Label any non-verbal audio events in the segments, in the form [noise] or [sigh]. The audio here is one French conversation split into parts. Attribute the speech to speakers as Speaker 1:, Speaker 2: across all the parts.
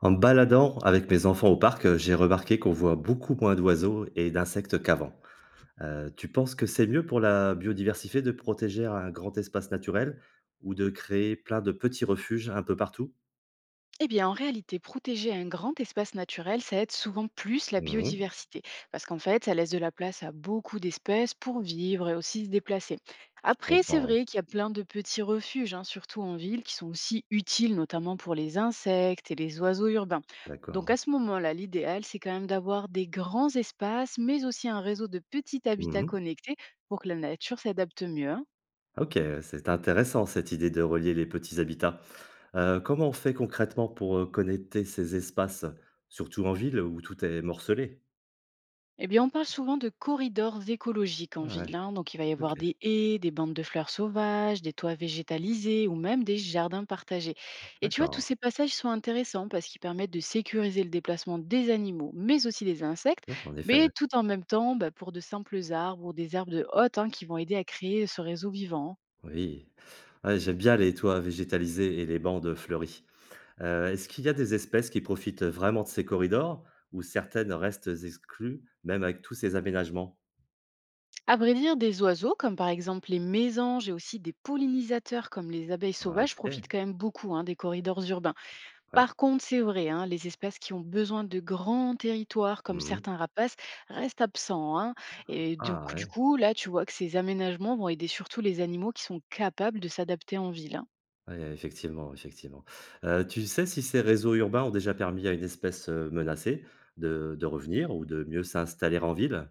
Speaker 1: En me baladant avec mes enfants au parc, j'ai remarqué qu'on voit beaucoup moins d'oiseaux et d'insectes qu'avant. Tu penses que c'est mieux pour la biodiversité de protéger un grand espace naturel ou de créer plein de petits refuges un peu partout?
Speaker 2: Eh bien, en réalité, protéger un grand espace naturel, ça aide souvent plus la
Speaker 1: Mmh.
Speaker 2: biodiversité, parce qu'en fait, ça laisse de la place à beaucoup d'espèces pour vivre et aussi se déplacer.
Speaker 1: Je
Speaker 2: Après, c'est
Speaker 1: comprends, ouais.
Speaker 2: vrai qu'il y a plein de petits refuges, hein, surtout en ville, qui sont aussi utiles, notamment pour les insectes et les oiseaux urbains. Donc
Speaker 1: D'accord,
Speaker 2: à
Speaker 1: ouais.
Speaker 2: ce moment-là, l'idéal, c'est quand même d'avoir des grands espaces, mais aussi un réseau de petits habitats
Speaker 1: Mmh.
Speaker 2: connectés pour que la nature s'adapte mieux, hein.
Speaker 1: OK, c'est intéressant cette idée de relier les petits habitats. Comment on fait concrètement pour, connecter ces espaces, surtout en ville où tout est morcelé?
Speaker 2: Eh bien, on parle souvent de corridors écologiques en
Speaker 1: Ouais,
Speaker 2: ville, hein. Donc, il va y
Speaker 1: OK,
Speaker 2: avoir des haies, des bandes de fleurs sauvages, des toits végétalisés ou même des jardins partagés. Et tu vois, tous
Speaker 1: d'accord.
Speaker 2: ces passages sont intéressants parce qu'ils permettent de sécuriser le déplacement des animaux, mais aussi des insectes,
Speaker 1: Mmh, en effet.
Speaker 2: mais tout en même temps bah, pour de simples arbres ou des herbes de haute hein, qui vont aider à créer ce réseau vivant.
Speaker 1: Oui. Ouais, j'aime bien les toits végétalisés et les bandes fleuries. Est-ce qu'il y a des espèces qui profitent vraiment de ces corridors ou certaines restent exclues, même avec tous ces aménagements?
Speaker 2: À vrai dire, des oiseaux comme par exemple les mésanges et aussi des pollinisateurs comme les abeilles
Speaker 1: Ah,
Speaker 2: sauvages
Speaker 1: ok.
Speaker 2: profitent quand même beaucoup hein, des corridors urbains.
Speaker 1: Ouais.
Speaker 2: Par contre, c'est vrai, hein, les espèces qui ont besoin de grands territoires, comme
Speaker 1: Mhm.
Speaker 2: certains rapaces, restent absents, hein. Et donc,
Speaker 1: Ah,
Speaker 2: du
Speaker 1: ouais.
Speaker 2: coup, là, tu vois que ces aménagements vont aider surtout les animaux qui sont capables de s'adapter en ville, hein.
Speaker 1: Ouais, effectivement, effectivement. Tu sais si ces réseaux urbains ont déjà permis à une espèce menacée de revenir ou de mieux s'installer en ville?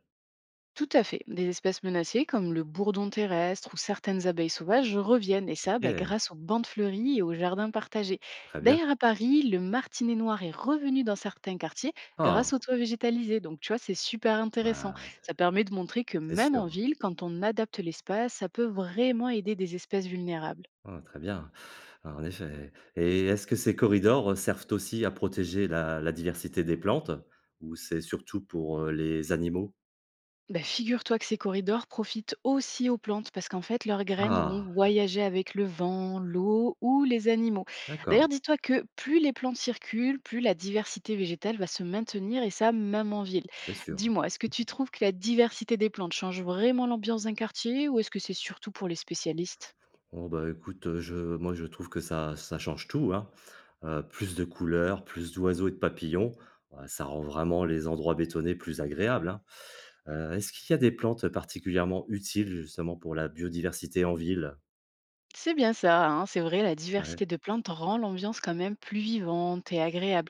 Speaker 2: Tout à fait. Des espèces menacées comme le bourdon terrestre ou certaines abeilles sauvages reviennent, et ça
Speaker 1: Ok,
Speaker 2: bah, grâce aux bandes fleuries et aux jardins partagés.
Speaker 1: très bien.
Speaker 2: D'ailleurs, à Paris, le martinet noir est revenu dans certains quartiers
Speaker 1: Ah,
Speaker 2: grâce aux toits végétalisés. Donc, tu vois, c'est super intéressant.
Speaker 1: bah,
Speaker 2: Ça permet de montrer que
Speaker 1: c'est
Speaker 2: même en
Speaker 1: sûr.
Speaker 2: ville, quand on adapte l'espace, ça peut vraiment aider des espèces vulnérables.
Speaker 1: Ah, très bien. Alors, en effet, et est-ce que ces corridors servent aussi à protéger la diversité des plantes ou c'est surtout pour, les animaux?
Speaker 2: Bah, figure-toi que ces corridors profitent aussi aux plantes parce qu'en fait, leurs graines
Speaker 1: Ah!
Speaker 2: vont voyager avec le vent, l'eau ou les animaux.
Speaker 1: D'accord,
Speaker 2: D'ailleurs, dis-toi que plus les plantes circulent, plus la diversité végétale va se maintenir et ça, même en ville.
Speaker 1: très sûr.
Speaker 2: Dis-moi, est-ce que tu trouves que la diversité des plantes change vraiment l'ambiance d'un quartier ou est-ce que c'est surtout pour les spécialistes?
Speaker 1: Bon, bah, écoute, je trouve que ça change tout, hein. Plus de couleurs, plus d'oiseaux et de papillons, bah, ça rend vraiment les endroits bétonnés plus agréables, hein. Est-ce qu'il y a des plantes particulièrement utiles justement pour la biodiversité en ville?
Speaker 2: C'est bien ça, hein, c'est vrai, la
Speaker 1: Ouais,
Speaker 2: diversité de plantes rend l'ambiance quand même plus vivante et agréable.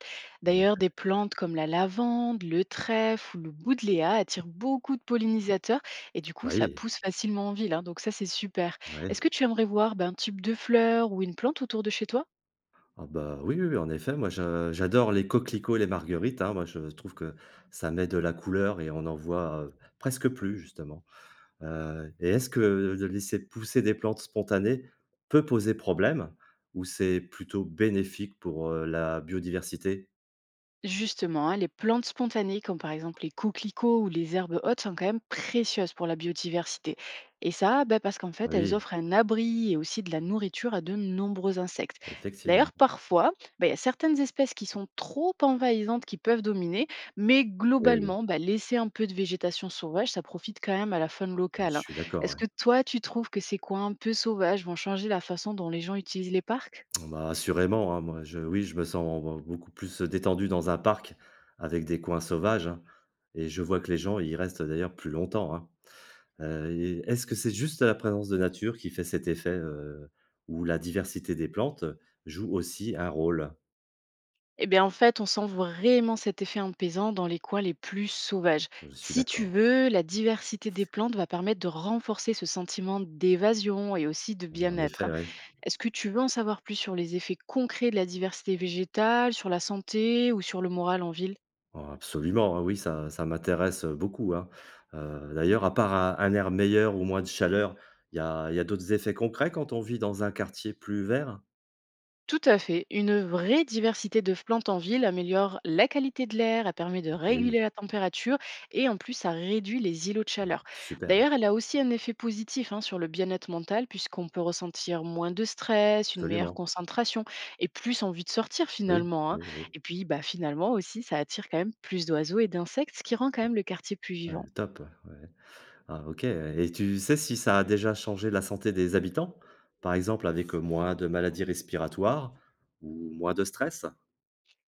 Speaker 1: en
Speaker 2: D'ailleurs,
Speaker 1: effet.
Speaker 2: des plantes comme la lavande, le trèfle ou le boudléa attirent beaucoup de pollinisateurs et du coup, ça
Speaker 1: Oui,
Speaker 2: pousse facilement en ville, hein, donc ça, c'est super. Est-ce
Speaker 1: ouais.
Speaker 2: que tu aimerais voir ben, un type de fleur ou une plante autour de chez toi?
Speaker 1: Ah bah, oui, oui, oui, en effet, moi je j'adore les coquelicots et les marguerites, hein. Moi, je trouve que ça met de la couleur et on en voit, presque plus justement, et est-ce que de laisser pousser des plantes spontanées peut poser problème ou c'est plutôt bénéfique pour, la biodiversité?
Speaker 2: Justement, hein, les plantes spontanées, comme par exemple les coquelicots ou les herbes hautes, sont quand même précieuses pour la biodiversité. Et ça, ben, parce qu'en fait, elles
Speaker 1: Oui,
Speaker 2: offrent un abri et aussi de la nourriture à de nombreux insectes. D'ailleurs,
Speaker 1: effectivement.
Speaker 2: parfois, ben, il y a certaines espèces qui sont trop envahissantes qui peuvent dominer, mais
Speaker 1: Oui, oui,
Speaker 2: globalement, ben, laisser un peu de végétation sauvage, ça profite quand même à la faune
Speaker 1: je
Speaker 2: locale, hein.
Speaker 1: suis d'accord,
Speaker 2: Est-ce
Speaker 1: ouais.
Speaker 2: que toi, tu trouves que ces coins un peu sauvages vont changer la façon dont les gens utilisent les parcs?
Speaker 1: Bon, bah, assurément, hein, je me sens b beaucoup plus détendu dans un parc avec des coins sauvages, hein, et je vois que les gens y restent d'ailleurs plus longtemps, hein. Et est-ce que c'est juste la présence de nature qui fait cet effet, où la diversité des plantes joue aussi un rôle?
Speaker 2: Eh bien, en fait, on sent vraiment cet effet apaisant dans les coins les plus sauvages.
Speaker 1: Je suis
Speaker 2: Si tu
Speaker 1: d'accord.
Speaker 2: veux, la diversité des plantes va permettre de renforcer ce sentiment d'évasion et aussi de
Speaker 1: Bon, en
Speaker 2: bien-être,
Speaker 1: effet,
Speaker 2: hein.
Speaker 1: oui.
Speaker 2: Est-ce que tu veux en savoir plus sur les effets concrets de la diversité végétale, sur la santé ou sur le moral en ville?
Speaker 1: Oh absolument, ah oui, ça m'intéresse, beaucoup, hein. D'ailleurs, à part un air meilleur ou moins de chaleur, il y a d'autres effets concrets quand on vit dans un quartier plus vert?
Speaker 2: Tout à fait. Une vraie diversité de plantes en ville améliore la qualité de l'air, elle permet de
Speaker 1: Oui,
Speaker 2: réguler la température et en plus, ça réduit les îlots de chaleur.
Speaker 1: super,
Speaker 2: D'ailleurs, elle a aussi un effet positif hein, sur le bien-être mental puisqu'on peut ressentir moins de stress, une meilleure
Speaker 1: absolument.
Speaker 2: concentration et plus envie de sortir
Speaker 1: Oui,
Speaker 2: finalement, hein.
Speaker 1: oui, oui.
Speaker 2: Et puis, bah, finalement aussi, ça attire quand même plus d'oiseaux et d'insectes, ce qui rend quand même le quartier plus
Speaker 1: Ouais,
Speaker 2: vivant.
Speaker 1: top, ouais. Ah OK, et tu sais si ça a déjà changé la santé des habitants? Par exemple avec, moins de maladies respiratoires ou moins de stress?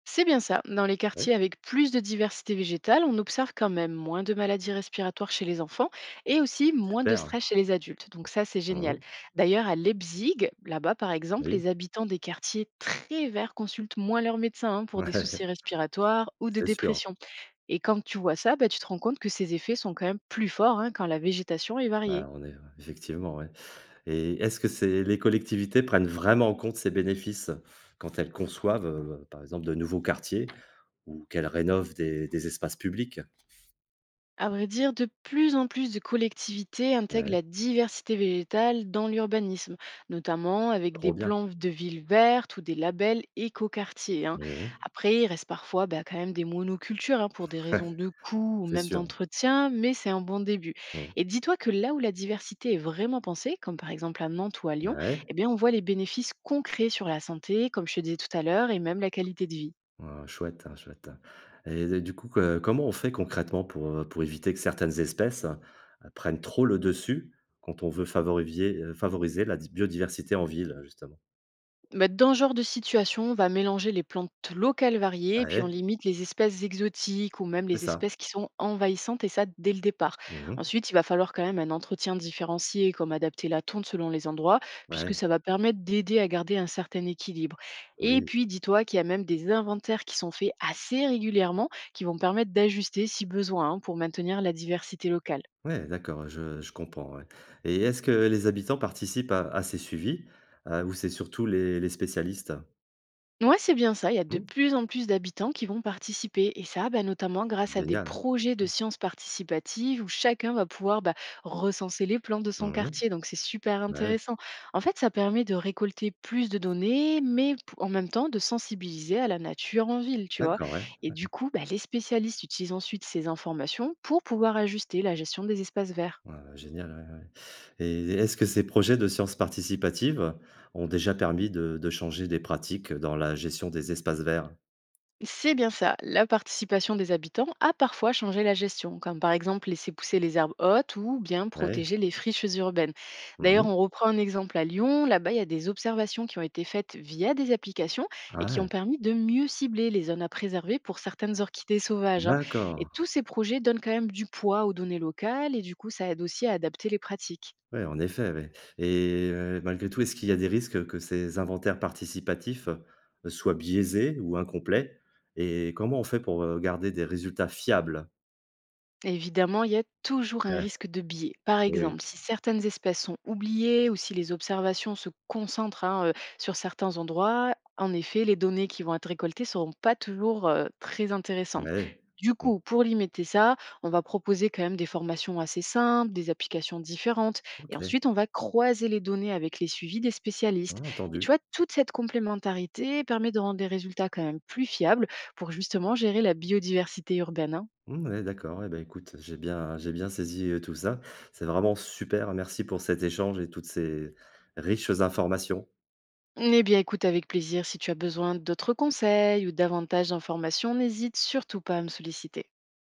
Speaker 2: C'est bien ça. Dans les
Speaker 1: Ouais,
Speaker 2: quartiers avec plus de diversité végétale, on observe quand même moins de maladies respiratoires chez les enfants et aussi moins de
Speaker 1: super.
Speaker 2: stress chez les adultes. Donc ça, c'est génial.
Speaker 1: Mmh.
Speaker 2: D'ailleurs, à Leipzig, là-bas par exemple,
Speaker 1: Oui.
Speaker 2: les habitants des quartiers très verts consultent moins leurs médecins hein,
Speaker 1: [laughs]
Speaker 2: pour des
Speaker 1: Ouais,
Speaker 2: soucis respiratoires ou de
Speaker 1: c'est sûr.
Speaker 2: dépression. Et quand tu vois ça, bah, tu te rends compte que ces effets sont quand même plus forts hein, quand la végétation est variée.
Speaker 1: Bah, on est effectivement, ouais, et est-ce que c'est les collectivités prennent vraiment en compte ces bénéfices quand elles conçoivent, par exemple de nouveaux quartiers ou qu'elles rénovent des espaces publics?
Speaker 2: À vrai dire, de plus en plus de collectivités intègrent
Speaker 1: Ouais,
Speaker 2: la diversité végétale dans l'urbanisme, notamment avec des
Speaker 1: trop bien.
Speaker 2: plans de villes vertes ou des labels éco-quartiers, hein.
Speaker 1: Mmh.
Speaker 2: Après, il reste parfois bah, quand même des monocultures hein, pour des raisons
Speaker 1: [laughs]
Speaker 2: de coût ou
Speaker 1: C'est
Speaker 2: même
Speaker 1: sûr.
Speaker 2: d'entretien, mais c'est un bon début.
Speaker 1: Mmh.
Speaker 2: Et dis-toi que là où la diversité est vraiment pensée, comme par exemple à Nantes ou à Lyon,
Speaker 1: Ouais.
Speaker 2: eh bien, on voit les bénéfices concrets sur la santé, comme je te disais tout à l'heure, et même la qualité de vie.
Speaker 1: Ah, chouette, hein, chouette. Et d Du coup, que comment on fait concrètement pour éviter que certaines espèces, prennent trop le dessus quand on veut favorivier favoriser la di biodiversité en ville, justement?
Speaker 2: Bah, dans ce genre de situation, on va mélanger les plantes locales variées et puis on
Speaker 1: Ouais,
Speaker 2: limite les espèces exotiques ou même
Speaker 1: c'est
Speaker 2: les
Speaker 1: ça.
Speaker 2: espèces qui sont envahissantes et ça dès le départ.
Speaker 1: Mmh.
Speaker 2: Ensuite, il va falloir quand même un entretien différencié comme adapter la tonte selon les endroits puisque
Speaker 1: Ouais,
Speaker 2: ça va permettre d'aider à garder un certain équilibre. Et
Speaker 1: oui.
Speaker 2: puis, dis-toi qu'il y a même des inventaires qui sont faits assez régulièrement qui vont permettre d'ajuster si besoin hein, pour maintenir la diversité locale.
Speaker 1: Ouais, d'accord, je comprends, ouais. Et est-ce que les habitants participent à ces suivis, ou c'est surtout les spécialistes?
Speaker 2: Ouais, c'est bien ça. Il y a de
Speaker 1: Mmh,
Speaker 2: plus en plus d'habitants qui vont participer. Et ça, bah, notamment grâce à des
Speaker 1: génial.
Speaker 2: projets de
Speaker 1: Ouais.
Speaker 2: sciences participatives où chacun va pouvoir bah, recenser les plans de son
Speaker 1: Mmh.
Speaker 2: quartier. Donc, c'est super
Speaker 1: Ouais,
Speaker 2: intéressant. En fait, ça permet de récolter plus de données, mais en même temps de sensibiliser à la nature en ville, tu vois.
Speaker 1: d'accord, ouais.
Speaker 2: Et du coup, bah, les spécialistes utilisent ensuite ces informations pour pouvoir ajuster la gestion des espaces verts.
Speaker 1: Voilà, génial, ouais, ouais. Et est-ce que ces projets de sciences participatives ont déjà permis de changer des pratiques dans la gestion des espaces verts?
Speaker 2: C'est bien ça. La participation des habitants a parfois changé la gestion, comme par exemple laisser pousser les herbes hautes ou bien
Speaker 1: Ouais.
Speaker 2: protéger les friches urbaines. D'ailleurs,
Speaker 1: Mmh.
Speaker 2: on reprend un exemple à Lyon. Là-bas, il y a des observations qui ont été faites via des applications et
Speaker 1: Ah
Speaker 2: qui ont
Speaker 1: ouais,
Speaker 2: permis de mieux cibler les zones à préserver pour certaines orchidées sauvages, hein. Et
Speaker 1: d'accord.
Speaker 2: tous ces projets donnent quand même du poids aux données locales et du coup, ça aide aussi à adapter les pratiques.
Speaker 1: Oui, en effet, ouais, et malgré tout, est-ce qu'il y a des risques que ces inventaires participatifs, soient biaisés ou incomplets? Et comment on fait pour, garder des résultats fiables?
Speaker 2: Évidemment, il y a toujours un
Speaker 1: Ouais,
Speaker 2: risque de biais. Par
Speaker 1: eh
Speaker 2: exemple,
Speaker 1: oui,
Speaker 2: si certaines espèces sont oubliées ou si les observations se concentrent hein, sur certains endroits, en effet, les données qui vont être récoltées ne seront pas toujours très intéressantes.
Speaker 1: ouais.
Speaker 2: Du
Speaker 1: Mmh,
Speaker 2: coup, pour limiter ça, on va proposer quand même des formations assez simples, des applications différentes, et
Speaker 1: OK,
Speaker 2: ensuite on va croiser les données avec les suivis des spécialistes.
Speaker 1: mmh,
Speaker 2: Et tu
Speaker 1: entendu.
Speaker 2: vois, toute cette complémentarité permet de rendre des résultats quand même plus fiables pour justement gérer la biodiversité urbaine, hein.
Speaker 1: Mmh, ouais, d'accord, ouais, ben écoute, j'ai bien saisi, tout ça. C'est vraiment super, merci pour cet échange et toutes ces riches informations.
Speaker 2: Eh bien, écoute avec plaisir. Si tu as besoin d'autres conseils ou davantage d'informations, n'hésite surtout pas à me solliciter.